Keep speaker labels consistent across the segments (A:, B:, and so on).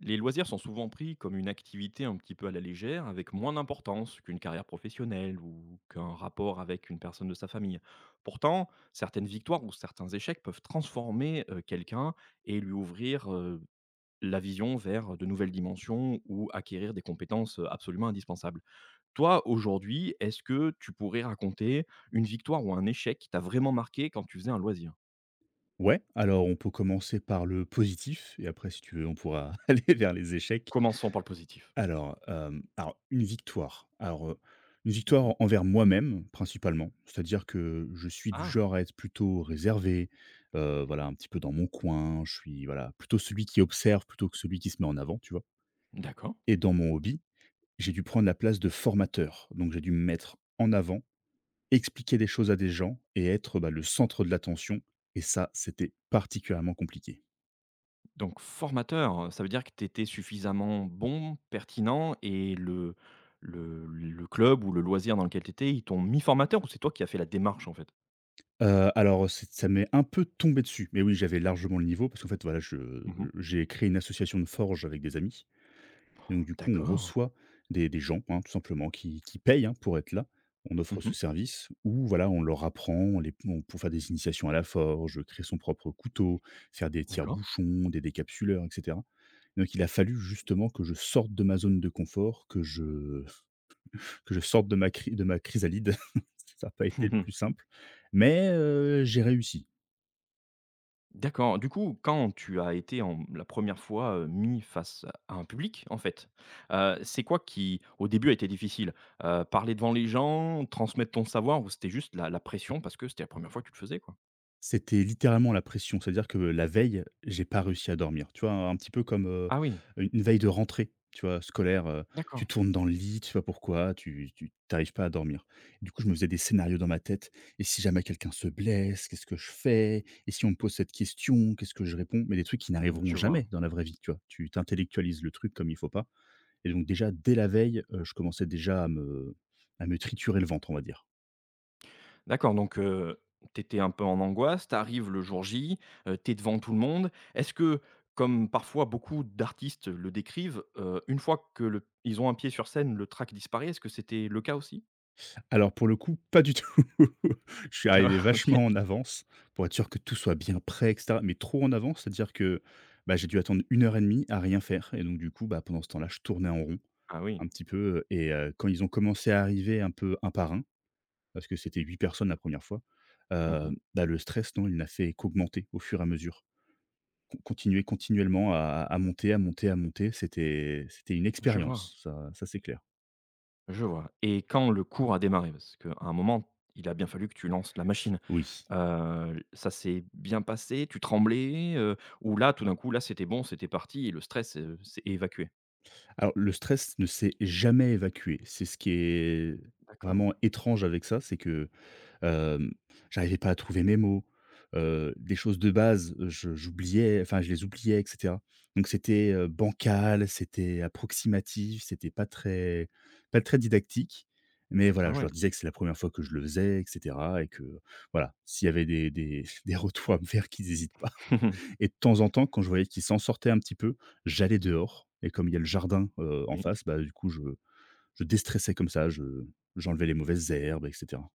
A: Les loisirs sont souvent pris comme une activité un petit peu à la légère, avec moins d'importance qu'une carrière professionnelle ou qu'un rapport avec une personne de sa famille. Pourtant, certaines victoires ou certains échecs peuvent transformer quelqu'un et lui ouvrir la vision vers de nouvelles dimensions ou acquérir des compétences absolument indispensables. Toi, aujourd'hui, est-ce que tu pourrais raconter une victoire ou un échec qui t'a vraiment marqué quand tu faisais un loisir?
B: Ouais, alors on peut commencer par le positif et après, si tu veux, on pourra aller vers les échecs.
A: Commençons par le positif.
B: Alors, alors, une
A: Mhm.
B: victoire envers moi-même principalement, c'est-à-dire que je suis du
A: Ah,
B: genre à être plutôt réservé, voilà, un petit peu dans mon coin, je suis, voilà, plutôt celui qui observe plutôt que celui qui se met en avant, tu vois?
A: d'accord.
B: Et dans mon hobby, j'ai dû prendre la place de formateur, donc j'ai dû me mettre en avant, expliquer des choses à des gens et être, bah, le centre de l'attention et ça, c'était particulièrement compliqué.
A: Donc formateur, ça veut dire que tu étais suffisamment bon, pertinent et le club ou le loisir dans lequel tu étais, ils t'ont mis formateur ou c'est toi qui as fait la démarche, en fait?
B: Alors c'est ça m'est un peu tombé dessus, mais oui, j'avais largement le niveau parce qu'en fait, voilà, je
A: Mmh.
B: j'ai créé une association de forge avec des amis et donc du coup, on
A: D'accord.
B: reçoit des gens, hein, tout simplement qui payent, hein, pour être là. On offre
A: Mmh
B: ce
A: mh.
B: service où voilà, on leur apprend, on les on pour faire des initiations à la forge, créer son propre couteau, faire des
A: D'accord.
B: tire-bouchons, des décapsuleurs et cetera. Donc il a fallu justement que je sorte de ma zone de confort, que je sorte de ma chrysalide. Ça n'a pas été le
A: Mhm.
B: plus simple, mais j'ai réussi.
A: D'accord. Du coup, quand tu as été en la première fois, mis face à un public, en fait, c'est quoi qui, au début, a été difficile? Parler devant les gens, transmettre ton savoir ou c'était juste la pression parce que c'était la première fois que tu le faisais, quoi?
B: C'était littéralement la pression, c'est-à-dire que la veille, j'ai pas réussi à dormir. Tu vois? Un petit peu comme,
A: Ah oui,
B: une veille de rentrée, tu vois? Scolaire, tu
A: d'accord.
B: tournes dans le lit, tu sais pas pourquoi, tu arrives pas à dormir. Du coup, je me faisais des scénarios dans ma tête: «Et si jamais quelqu'un se blesse, qu'est-ce que je fais? Et si on me pose cette question, qu'est-ce que je réponds?» mais des trucs qui
A: Mmh,
B: n'arriveront
A: je
B: jamais
A: vois.
B: dans la vraie vie, tu vois? Tu t'intellectualises le truc comme il faut pas et donc déjà, dès la veille, je commençais déjà à me triturer le ventre, on va dire.
A: D'accord, donc tu un peu en angoisse, t'arrives le jour J, tu devant tout le monde. Est-ce que, comme parfois beaucoup d'artistes le décrivent, une fois que le ils ont un pied sur scène, le track disparaît? Est-ce que c'était le cas aussi?
B: Alors pour le coup, pas du tout. Je suis arrivé
A: Ah,
B: vachement
A: OK.
B: en avance pour être sûr que tout soit bien prêt et cetera, mais trop en avance, c'est-à-dire que, bah, j'ai dû attendre une heure et demie à rien faire et donc du coup, bah, pendant ce temps-là, je tournais en rond
A: Ah oui.
B: un petit peu, et quand ils ont commencé à arriver un peu un par un, parce que c'était 8 personnes la première fois,
A: Mmh.
B: bah, le stress, non, il n'a fait qu'augmenter au fur et à mesure. Continuellement à monter, à monter, à monter, c'était une
A: Je vois,
B: expérience, ça c'est clair.
A: je vois et quand le cours a démarré? Parce qu'à un moment, il a bien fallu que tu lances la machine.
B: Oui.
A: Ça s'est bien passé? Tu tremblais, ou là, tout d'un coup, là, c'était bon, c'était parti et le stress, s'est évacué?
B: Alors le stress ne s'est jamais évacué. C'est ce qui est
A: D'accord.
B: vraiment étrange avec ça, c'est que Hem, j'arrivais pas à trouver mes mots, des choses de base, je j'oubliais, enfin, je les oubliais et cetera. Donc c'était, bancal, c'était approximatif, c'était pas très didactique. Mais voilà,
A: Ah
B: je
A: ouais.
B: leur disais que c'est la première fois que je le faisais et cetera et que voilà, s'il y avait des des retours à me faire, qu'ils hésitent pas. Et de temps en temps, quand je voyais qu'ils s'en sortaient un petit peu, j'allais dehors et comme il y a le jardin, en
A: Oui.
B: face, bah, du coup, je déstressais comme ça, je j'enlevais les mauvaises herbes et cetera.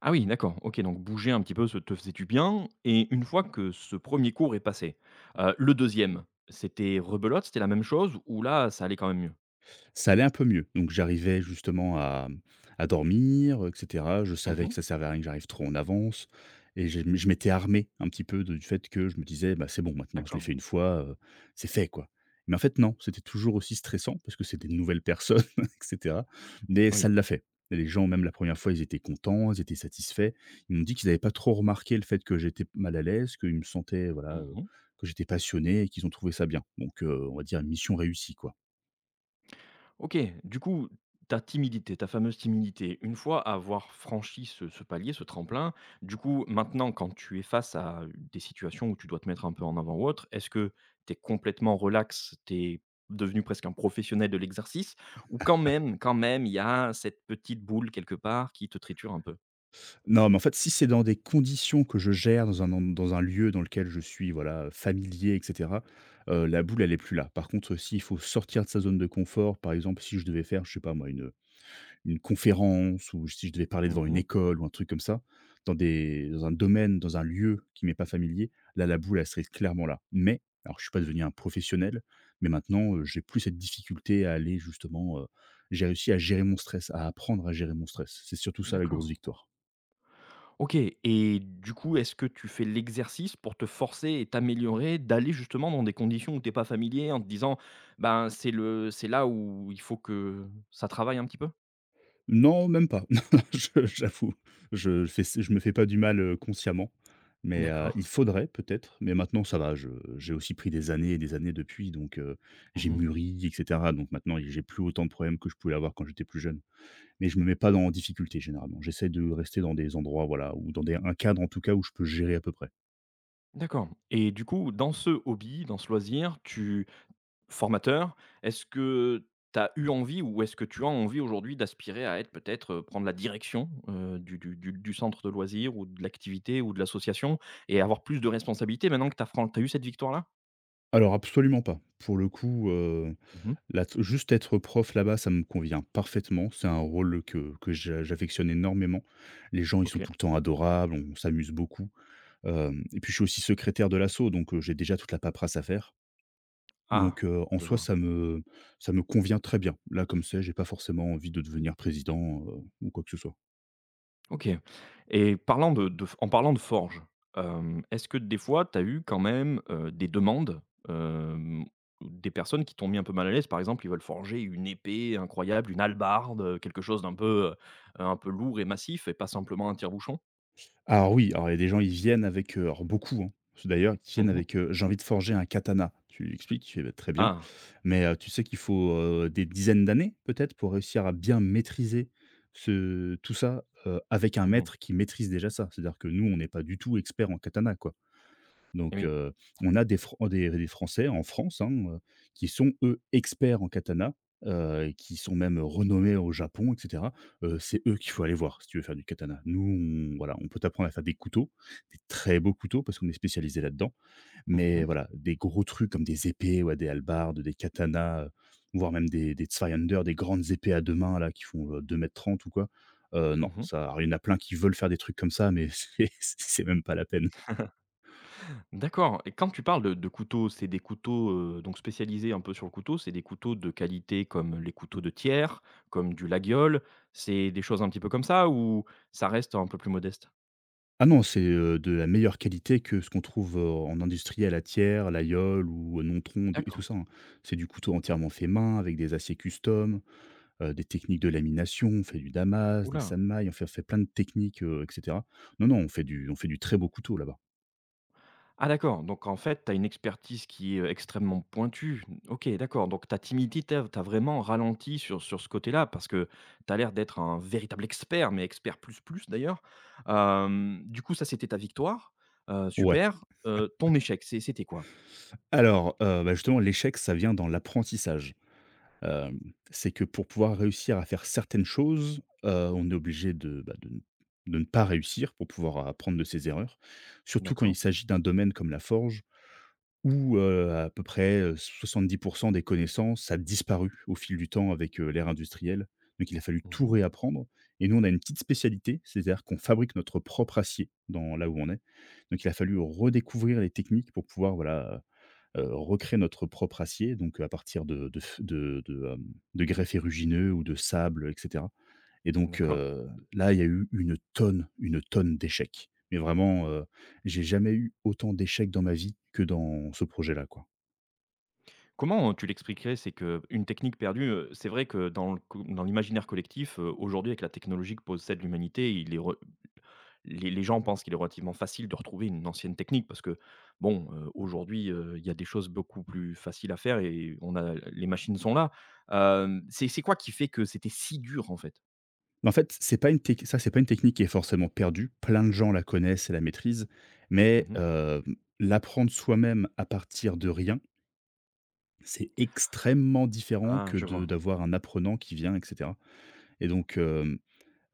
A: Ah oui, d'accord. OK, donc bouger un petit peu, ça te faisait du bien et une fois que ce premier cours est passé, le deuxième, c'était rebelote, c'était la même chose ou là, ça allait quand même mieux?
B: Ça allait un peu mieux. Donc j'arrivais justement à à dormir, et cetera. Je savais que
A: Mmh.
B: ça servait à rien que j'arrive trop en avance et je m'étais armé un petit peu de du fait que je me disais: «Bah, c'est bon maintenant, je l'ai
A: D'accord.
B: fait une fois, c'est fait, quoi». Mais en fait non, c'était toujours aussi stressant parce que c'est des nouvelles personnes, et cetera, mais ça
A: Oui.
B: l'a fait. Et les gens, même la première fois, ils étaient contents, ils étaient satisfaits. Ils m'ont dit qu'ils n'avaient pas trop remarqué le fait que j'étais mal à l'aise, qu'ils me sentaient, voilà,
A: Mmh.
B: que j'étais passionné et qu'ils ont trouvé ça bien. Donc on va dire mission réussie, quoi.
A: OK, du coup, ta timidité, ta fameuse timidité, une fois avoir franchi ce palier, ce tremplin, du coup, maintenant, quand tu es face à des situations où tu dois te mettre un peu en avant ou autre, est-ce que tu es complètement relax, tu es devenu presque un professionnel de l'exercice ou quand même, il y a cette petite boule quelque part qui te triture un peu?
B: Non, mais en fait, si c'est dans des conditions que je gère, dans un lieu dans lequel je suis, voilà, familier et cetera, la boule, elle est plus là. Par contre, s'il faut sortir de sa zone de confort, par exemple, si je devais faire, je sais pas moi, une conférence ou si je devais parler devant une
A: Mmh.
B: école ou un truc comme ça, dans un domaine, dans un lieu qui m'est pas familier, là, la boule, elle serait clairement là. Mais, alors je suis pas devenu un professionnel, mais maintenant, j'ai plus cette difficulté à aller justement, j'ai réussi à gérer mon stress, à apprendre à gérer mon stress. C'est surtout ça la grosse
A: D'accord.
B: victoire.
A: OK et du coup, est-ce que tu fais l'exercice pour te forcer et t'améliorer d'aller justement dans des conditions où t'es pas familier en te disant: «Ben, c'est là où il faut que ça travaille un petit peu»?
B: Non, même pas. Je j'avoue, je me fais pas du mal, consciemment, mais
A: D'accord.
B: il faudrait peut-être, mais maintenant ça va, je j'ai aussi pris des années et des années depuis donc j'ai
A: Mmh.
B: mûri et cetera donc maintenant j'ai plus autant de problèmes que je pouvais avoir quand j'étais plus jeune. Mais je me mets pas dans en difficulté généralement. J'essaie de rester dans des endroits, voilà, ou dans des un cadre en tout cas où je peux gérer à peu près.
A: D'accord et du coup, dans ce hobby, dans ce loisir, tu formateur, est-ce que tu as eu envie ou est-ce que tu as envie aujourd'hui d'aspirer à être peut-être, prendre la direction, du centre de loisirs ou de l'activité ou de l'association et avoir plus de responsabilités maintenant que tu as eu cette victoire-là?
B: Alors absolument pas. Pour le coup,
A: Mmh.
B: Là t juste être prof là-bas, ça me convient parfaitement. C'est un rôle que j'affectionne énormément. Les gens, ils sont
A: OK.
B: tout le temps adorables, on s'amuse beaucoup, hem et puis je suis aussi secrétaire de l'asso, donc j'ai déjà toute la paperasse à faire.
A: Ah,
B: Donc en
A: je
B: soi,
A: vois.
B: ça me convient très bien. Là, comme c'est, j'ai pas forcément envie de devenir président, ou quoi que ce soit.
A: OK et parlant de en parlant de forge, est-ce que des fois tu as eu quand même, des demandes, hem, des personnes qui t'ont mis un peu mal à l'aise? Par exemple, ils veulent forger une épée incroyable, une hallebarde, quelque chose d'un peu, un peu lourd et massif et pas simplement un tire-bouchon?
B: Alors oui, alors il y a des gens, ils viennent avec, alors beaucoup, hein, d'ailleurs, qui viennent
A: Mmh.
B: avec: «J'ai envie de forger un katana». Tu lui expliques, tu fais: «Bah, très bien».
A: Ah!
B: Mais tu sais qu'il faut, des dizaines d'années peut-être pour réussir à bien maîtriser ce tout ça, avec un
A: Mmh mh.
B: maître qui maîtrise déjà ça. C'est-à-dire que nous, on n'est pas du tout expert en katana, quoi. Donc
A: Oui.
B: on a des Français en France, hein, qui sont eux experts en katana, et qui sont même renommés au Japon et cetera. C'est eux qu'il faut aller voir si tu veux faire du katana. Nous, on voilà, on peut t'apprendre à faire des couteaux, des très beaux couteaux parce qu'on est spécialisé là-dedans.
A: Mmh
B: Mais
A: mh.
B: voilà, des gros trucs comme des épées, ouais, des hallebardes, des katanas, voire même des Zweihänder, des grandes épées à 2 mains là qui font, 2 m 30 ou quoi. Non,
A: Mmh.
B: ça alors il y en a plein qui veulent faire des trucs comme ça, mais c'est même pas la peine.
A: D'accord et quand tu parles de couteaux, c'est des couteaux, donc spécialisés un peu sur le couteau, c'est des couteaux de qualité comme les couteaux de tiers, comme du Laguiole? C'est des choses un petit peu comme ça ou ça reste un peu plus modeste?
B: Ah non, c'est, de la meilleure qualité que ce qu'on trouve, en industrie à la Thiers, La Yole ou Nontron d et tout
A: D'accord.
B: ça, hein. C'est du couteau entièrement fait main avec des aciers custom, des techniques de lamination, on fait du damas, des
A: Oula.
B: sanmaï, on fait plein de techniques, et cetera. Non, non, on fait du très beau couteau là-bas.
A: Ah d'accord, donc en fait, tu as une expertise qui est, extrêmement pointue. OK, d'accord, donc ta timidité tu as vraiment ralenti sur ce côté-là parce que tu as l'air d'être un véritable expert, mais expert plus plus d'ailleurs. Du coup, ça, c'était ta victoire,
B: Ouais.
A: super. Ton échec, c'était quoi?
B: Alors, bah, justement l'échec ça vient dans l'apprentissage. C'est que pour pouvoir réussir à faire certaines choses, on est obligé de, bah, de n de ne pas réussir pour pouvoir apprendre de ses erreurs. Surtout quand il
A: D'accord.
B: s'agit d'un domaine comme la forge où, à peu près, 70 des connaissances a disparu au fil du temps avec, l'ère industrielle. Donc il a fallu tout
A: Mmh.
B: réapprendre et nous on a une petite spécialité, c'est-à-dire qu'on fabrique notre propre acier dans là où on est. Donc il a fallu redécouvrir les techniques pour pouvoir, voilà, recréer notre propre acier, donc à partir de f de, hem, de grès ferrugineux ou de sable, et cetera et donc
A: D'accord.
B: là, il y a eu une tonne d'échecs. Mais vraiment, j'ai jamais eu autant d'échecs dans ma vie que dans ce projet-là, quoi.
A: Comment tu l'expliquerais? C'est que une technique perdue, c'est vrai que dans le co dans l'imaginaire collectif, aujourd'hui avec la technologie que possède l'humanité, il est re les gens pensent qu'il est relativement facile de retrouver une ancienne technique parce que bon, aujourd'hui, il y a des choses beaucoup plus faciles à faire et on a les machines sont là. C'est quoi qui fait que c'était si dur en fait?
B: En fait, c'est pas c'est pas une technique qui est forcément perdue. Plein de gens la connaissent et la maîtrisent, mais
A: Mmh.
B: l'apprendre soi-même à partir de rien, c'est extrêmement différent
A: Ah
B: que
A: je
B: de
A: vois.
B: d'avoir un apprenant qui vient, et cetera et donc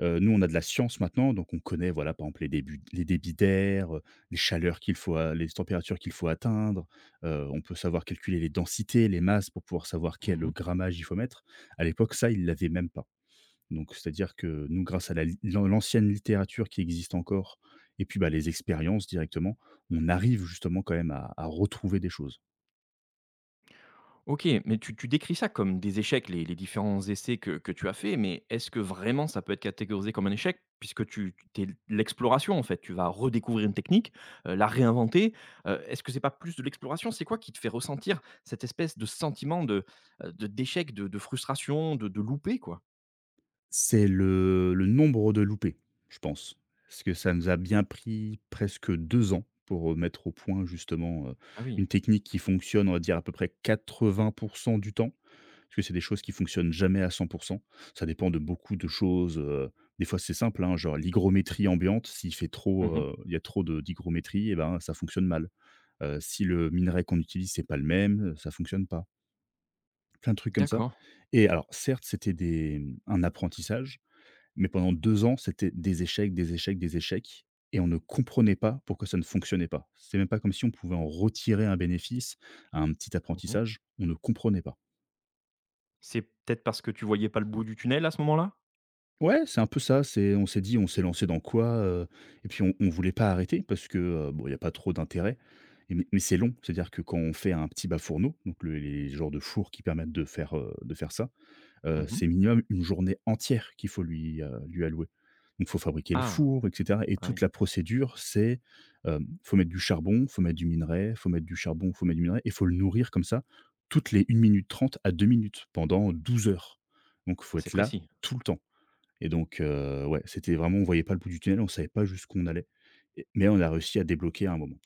B: Nous, on a de la science maintenant, donc on connaît, voilà, par exemple, les débits d'air, les températures qu'il faut atteindre. On peut savoir calculer les densités, les masses pour pouvoir savoir quel
A: Mmh.
B: grammage il faut mettre. À l'époque, ça, ils l'avaient même pas. Donc c'est-à-dire que nous, grâce à la li l'an l'ancienne littérature qui existe encore et puis, bah, les expériences directement, on arrive justement quand même à retrouver des choses.
A: OK, mais tu décris ça comme des échecs, les différents essais que tu as faits, mais est-ce que vraiment ça peut être catégorisé comme un échec? Puisque tu t'es l'exploration, en fait, tu vas redécouvrir une technique, la réinventer, est-ce que c'est pas plus de l'exploration? C'est quoi qui te fait ressentir cette espèce de sentiment de d'échec, de frustration, de loupé, quoi?
B: C'est le nombre de loupés, je pense. Parce que ça nous a bien pris presque 2 ans pour, mettre au point justement,
A: Ah oui.
B: une technique qui fonctionne, on va dire à peu près 80 du temps, parce que c'est des choses qui fonctionnent jamais à 100%. Ça dépend de beaucoup de choses, des fois c'est simple, hein, genre l'hygrométrie ambiante, s'il fait trop,
A: Mmh.
B: il y a trop de d'hygrométrie et ben, ça fonctionne mal. Si le minerai qu'on utilise, c'est pas le même, ça fonctionne pas. Plein de trucs comme ça
A: D'accord.
B: et alors certes, c'était un apprentissage, mais pendant 2 ans, c'était des échecs, des échecs, des échecs et on ne comprenait pas pourquoi ça ne fonctionnait pas. C'est même pas comme si on pouvait en retirer un bénéfice, un petit
A: Mmh.
B: apprentissage, on ne comprenait pas.
A: C'est peut-être parce que tu voyais pas le bout du tunnel à ce moment-là?
B: Ouais, c'est un peu ça, c'est on s'est dit: «On s'est lancé dans quoi?» Et puis on voulait pas arrêter parce que, bon, il y a pas trop d'intérêt. Et mais c'est long. C'est-à-dire que quand on fait un petit bas fourneau, donc le les genres de fours qui permettent de faire ça,
A: Mmh.
B: c'est minimum une journée entière qu'il faut lui allouer. Donc il faut fabriquer le
A: Ah!
B: four et cetera, et
A: Ah
B: toute
A: oui.
B: la procédure, c'est, faut mettre du charbon, faut mettre du minerai, faut mettre du charbon, faut mettre du minerai et faut le nourrir comme ça toutes les 1 minute 30 à 2 minutes pendant 12 heures. Donc
A: Ah,
B: faut
A: c'est
B: être là
A: précis.
B: tout le temps. Et donc ouais, c'était vraiment on voyait pas le bout du tunnel, on savait pas jusqu'où on allait. Et on a réussi à débloquer à un moment.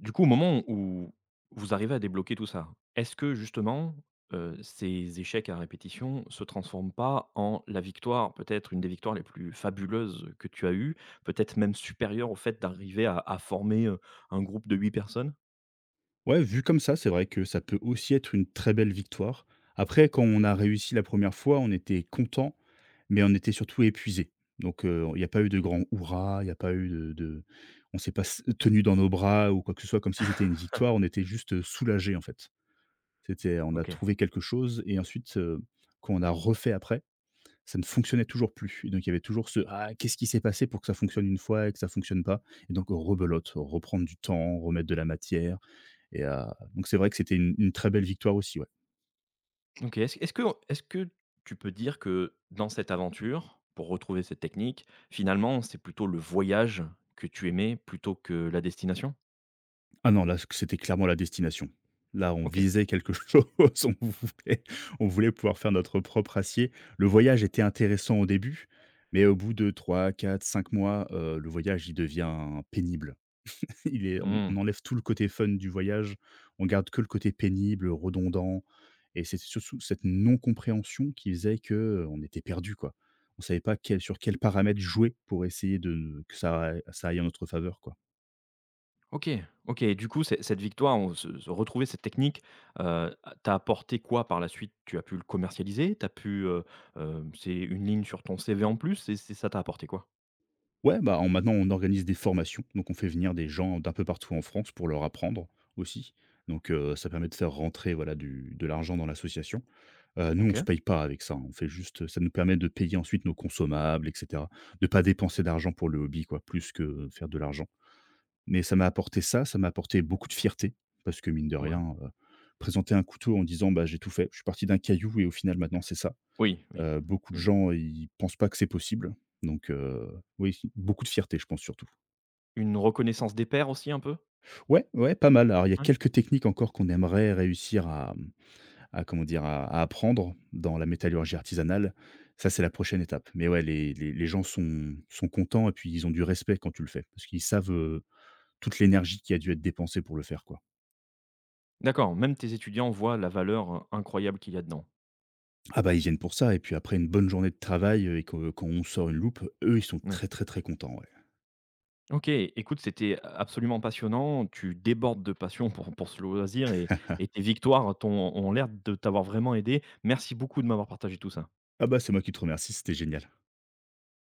A: Du coup, au moment où vous arrivez à débloquer tout ça, est-ce que justement, ces échecs à répétition se transforment pas en la victoire, peut-être une des victoires les plus fabuleuses que tu as eues, peut-être même supérieure au fait d'arriver à former, un groupe de huit personnes?
B: Ouais, vu comme ça, c'est vrai que ça peut aussi être une très belle victoire. Après, quand on a réussi la première fois, on était content. Mais on était surtout épuisés. Donc il n'y a pas eu de grands hurrahs, il n'y a pas eu de on s'est pas s tenus dans nos bras ou quoi que ce soit comme si c'était une victoire. On était juste soulagés, en fait. C'était on a
A: OK.
B: trouvé quelque chose et ensuite, quand on a refait après, ça ne fonctionnait toujours plus et donc il y avait toujours ce: «Ah, qu'est-ce qui s'est passé pour que ça fonctionne une fois et que ça fonctionne pas?» Et donc rebelote, reprendre du temps, remettre de la matière. Et donc c'est vrai que c'était une très belle victoire aussi, ouais.
A: OK. Est-ce que tu peux dire que dans cette aventure, pour retrouver cette technique, finalement, c'est plutôt le voyage que tu aimais plutôt que la destination?
B: Ah non, là, c'était clairement la destination. Là, on
A: OK.
B: visait quelque chose, on voulait pouvoir faire notre propre acier. Le voyage était intéressant au début, mais au bout de 3, 4, 5 mois, le voyage, il devient pénible. Il est
A: Mmh.
B: on enlève tout le côté fun du voyage, on garde que le côté pénible, redondant et c'est surtout cette non-compréhension qui faisait que on était perdu, quoi. On savait pas quel sur quels paramètres jouer pour essayer de que ça aille en notre faveur, quoi.
A: OK, OK et du coup, c'est cette victoire, on se retrouver cette technique, heu, t'a apporté quoi par la suite? Tu as pu le commercialiser? T'as pu, c'est une ligne sur ton CV en plus? C'est ça t'a apporté quoi?
B: Ouais, bah, on maintenant on organise des formations, donc on fait venir des gens d'un peu partout en France pour leur apprendre aussi. Donc ça permet de faire rentrer, voilà, du de l'argent dans l'association. Nous, on se
A: OK,
B: paye pas avec ça, on fait juste ça nous permet de payer ensuite nos consommables et cetera, de pas dépenser d'argent pour le hobby, quoi, plus que faire de l'argent. Mais ça m'a apporté ça, ça m'a apporté beaucoup de fierté parce que mine de
A: ouais.
B: rien, présenter un couteau en disant: «Bah, j'ai tout fait, je suis parti d'un caillou et au final maintenant c'est ça»,
A: Oui, oui,
B: beaucoup de
A: oui.
B: gens ils pensent pas que c'est possible. Donc oui, beaucoup de fierté je pense surtout.
A: Une reconnaissance des pairs aussi un peu?
B: Ouais, ouais, pas mal. Alors il y a
A: Ouais.
B: quelques techniques encore qu'on aimerait réussir à comment dire? À apprendre dans la métallurgie artisanale. Ça, c'est la prochaine étape. Mais ouais, les gens sont contents et puis ils ont du respect quand tu le fais, parce qu'ils savent, toute l'énergie qui a dû être dépensée pour le faire, quoi.
A: D'accord, même tes étudiants voient la valeur, incroyable qu'il y a dedans.
B: Ah bah, ils viennent pour ça et puis après une bonne journée de travail, et que quand on sort une loupe, eux, ils sont
A: Ouais.
B: très, très, très contents, ouais.
A: OK, écoute, c'était absolument passionnant. Tu débordes de passion pour ce loisir et tes victoires t'ont ont l'air de t'avoir vraiment aidé. Merci beaucoup de m'avoir partagé tout ça.
B: Ah bah, c'est moi qui te remercie, c'était génial.